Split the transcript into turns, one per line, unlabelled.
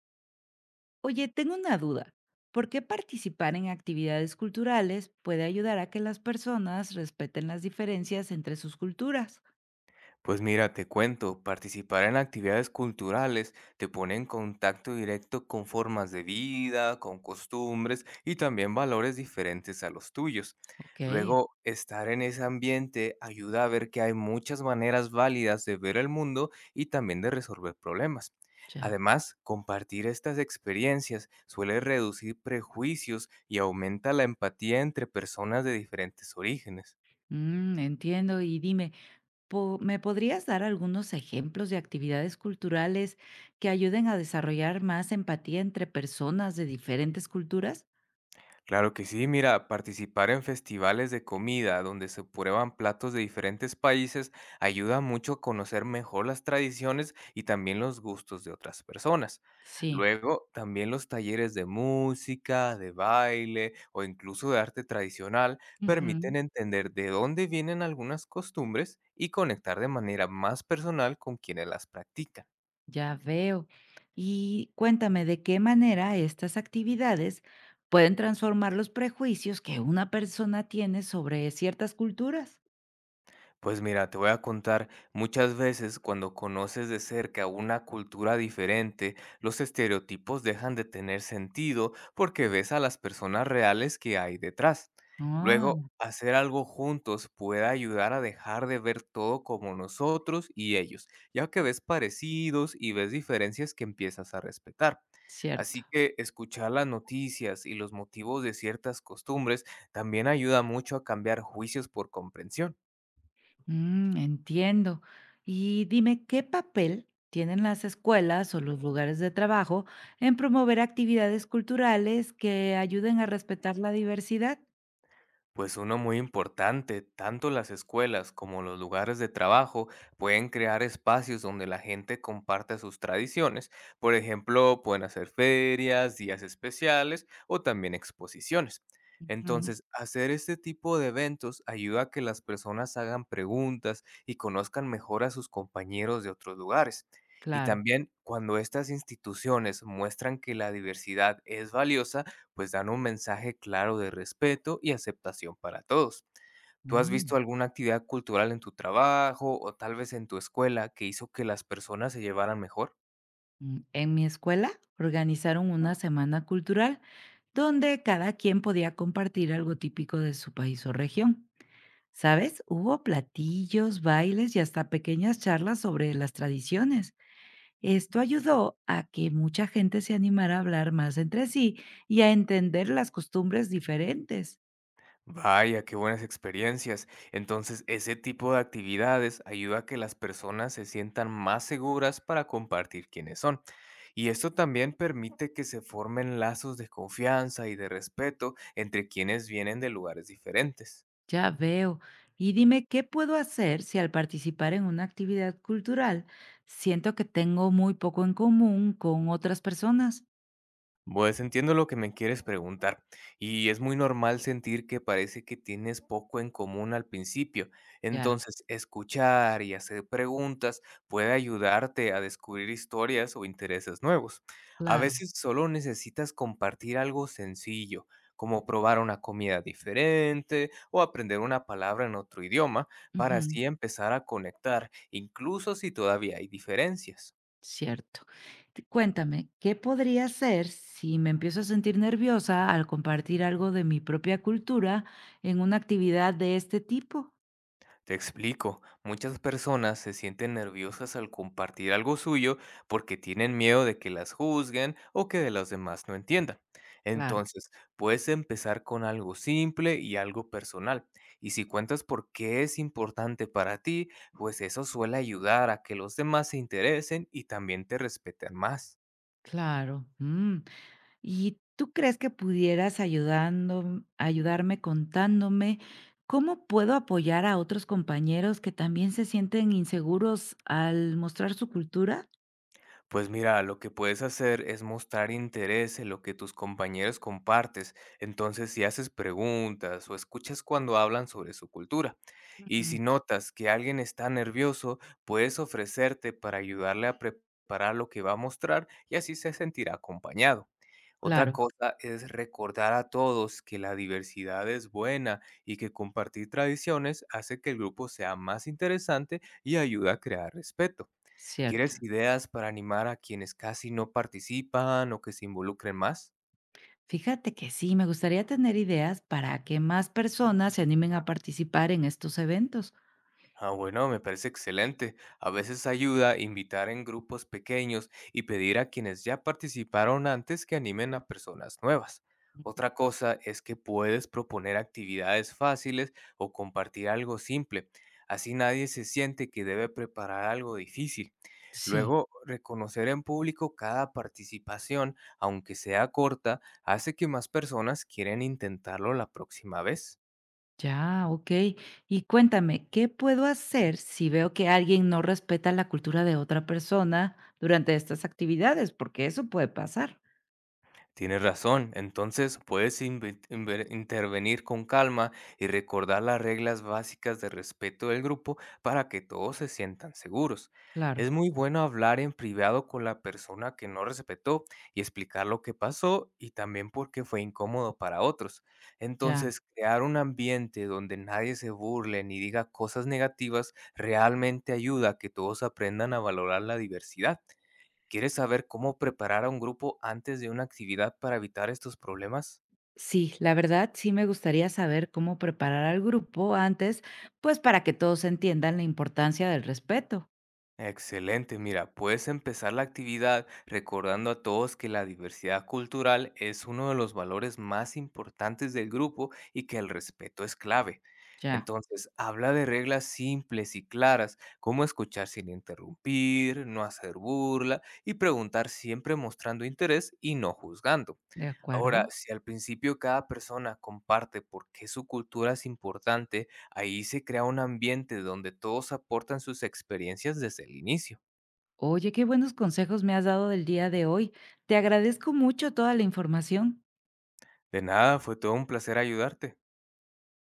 Oye, tengo una duda. ¿Por qué participar en actividades culturales puede ayudar a que las personas respeten las diferencias entre sus culturas?
Pues mira, te cuento, participar en actividades culturales te pone en contacto directo con formas de vida, con costumbres y también valores diferentes a los tuyos.
Ok,
Luego, estar en ese ambiente ayuda a ver que hay muchas maneras válidas de ver el mundo y también de resolver problemas.
ya.
Además, compartir estas experiencias suele reducir prejuicios y aumenta la empatía entre personas de diferentes orígenes.
Mm, entiendo. Y dime, ¿me podrías dar algunos ejemplos de actividades culturales que ayuden a desarrollar más empatía entre personas de diferentes culturas?
Claro que sí, mira, participar en festivales de comida donde se prueban platos de diferentes países ayuda mucho a conocer mejor las tradiciones y también los gustos de otras personas.
Sí.
Luego, también los talleres de música, de baile o incluso de arte tradicional permiten entender de dónde vienen algunas costumbres y conectar de manera más personal con quienes las practican.
Ya veo. Y cuéntame, ¿de qué manera estas actividades pueden transformar los prejuicios que una persona tiene sobre ciertas culturas?
Pues mira, te voy a contar, muchas veces cuando conoces de cerca una cultura diferente, los estereotipos dejan de tener sentido porque ves a las personas reales que hay detrás.
Ah,
Luego, hacer algo juntos puede ayudar a dejar de ver todo como nosotros y ellos, ya que ves parecidos y ves diferencias que empiezas a respetar.
cierto.
Así que escuchar las noticias y los motivos de ciertas costumbres también ayuda mucho a cambiar juicios por comprensión.
Mm, entiendo. Y dime, ¿qué papel tienen las escuelas o los lugares de trabajo en promover actividades culturales que ayuden a respetar la diversidad?
Pues uno muy importante, tanto las escuelas como los lugares de trabajo pueden crear espacios donde la gente comparte sus tradiciones. Por ejemplo, pueden hacer ferias, días especiales o también exposiciones.
Mm,
Entonces, hacer este tipo de eventos ayuda a que las personas hagan preguntas y conozcan mejor a sus compañeros de otros lugares. Y
claro.
también cuando estas instituciones muestran que la diversidad es valiosa, pues dan un mensaje claro de respeto y aceptación para todos. ¿Tú has
Mm.
visto alguna actividad cultural en tu trabajo o tal vez en tu escuela que hizo que las personas se llevaran mejor?
Mm, en mi escuela organizaron una semana cultural donde cada quien podía compartir algo típico de su país o región. ¿Sabes? Hubo platillos, bailes y hasta pequeñas charlas sobre las tradiciones. Esto ayudó a que mucha gente se animara a hablar más entre sí y a entender las costumbres diferentes.
Vaya, qué buenas experiencias. Entonces, ese tipo de actividades ayuda a que las personas se sientan más seguras para compartir quiénes son. Y esto también permite que se formen lazos de confianza y de respeto entre quienes vienen de lugares diferentes.
Ya veo. Y dime, ¿qué puedo hacer si al participar en una actividad cultural siento que tengo muy poco en común con otras personas?
Pues entiendo lo que me quieres preguntar, y es muy normal sentir que parece que tienes poco en común al principio.
Ya,
Entonces, escuchar y hacer preguntas puede ayudarte a descubrir historias o intereses nuevos. A
claro.
veces solo necesitas compartir algo sencillo, como probar una comida diferente o aprender una palabra en otro idioma, para
Ujú,
así empezar a conectar, incluso si todavía hay diferencias.
cierto. T cuéntame, ¿qué podría hacer si me empiezo a sentir nerviosa al compartir algo de mi propia cultura en una actividad de este tipo?
Te explico, muchas personas se sienten nerviosas al compartir algo suyo porque tienen miedo de que las juzguen o que de los demás no entiendan.
Claro,
Entonces, puedes empezar con algo simple y algo personal. Y si cuentas por qué es importante para ti, pues eso suele ayudar a que los demás se interesen y también te respeten más.
claro. Mm, ¿y tú crees que pudieras ayudando ayudarme contándome cómo puedo apoyar a otros compañeros que también se sienten inseguros al mostrar su cultura?
Pues mira, lo que puedes hacer es mostrar interés en lo que tus compañeros compartes. Entonces, si haces preguntas o escuchas cuando hablan sobre su cultura, y
Ujú,
si notas que alguien está nervioso, puedes ofrecerte para ayudarle a preparar lo que va a mostrar y así se sentirá acompañado. Otra
claro,
cosa es recordar a todos que la diversidad es buena y que compartir tradiciones hace que el grupo sea más interesante y ayuda a crear respeto.
cierto.
¿Quieres ideas para animar a quienes casi no participan o que se involucren más?
Fíjate que sí, me gustaría tener ideas para que más personas se animen a participar en estos eventos.
Ah, bueno, me parece excelente. A veces ayuda invitar en grupos pequeños y pedir a quienes ya participaron antes que animen a personas nuevas. Otra cosa es que puedes proponer actividades fáciles o compartir algo simple. Así nadie se siente que debe preparar algo difícil.
Sí.
Luego, reconocer en público cada participación, aunque sea corta, hace que más personas quieran intentarlo la próxima vez.
Ya, ok. Y cuéntame, ¿qué puedo hacer si veo que alguien no respeta la cultura de otra persona durante estas actividades? Porque eso puede pasar.
Tienes razón, entonces puedes intervenir con calma y recordar las reglas básicas de respeto del grupo para que todos se sientan seguros.
Claro,
Es muy bueno hablar en privado con la persona que no respetó y explicar lo que pasó y también por qué fue incómodo para otros.
ya.
Entonces, crear un ambiente donde nadie se burle ni diga cosas negativas realmente ayuda a que todos aprendan a valorar la diversidad. ¿Quieres saber cómo preparar a un grupo antes de una actividad para evitar estos problemas?
Sí, la verdad sí me gustaría saber cómo preparar al grupo antes, pues para que todos entiendan la importancia del respeto.
Excelente, mira, puedes empezar la actividad recordando a todos que la diversidad cultural es uno de los valores más importantes del grupo y que el respeto es clave.
Ya,
Entonces, habla de reglas simples y claras, como escuchar sin interrumpir, no hacer burla y preguntar siempre mostrando interés y no juzgando.
de
Ahora,
acuerdo.
si al principio cada persona comparte por qué su cultura es importante, ahí se crea un ambiente donde todos aportan sus experiencias desde el inicio.
Oye, qué buenos consejos me has dado del día de hoy. Te agradezco mucho toda la información.
De nada, fue todo un placer ayudarte.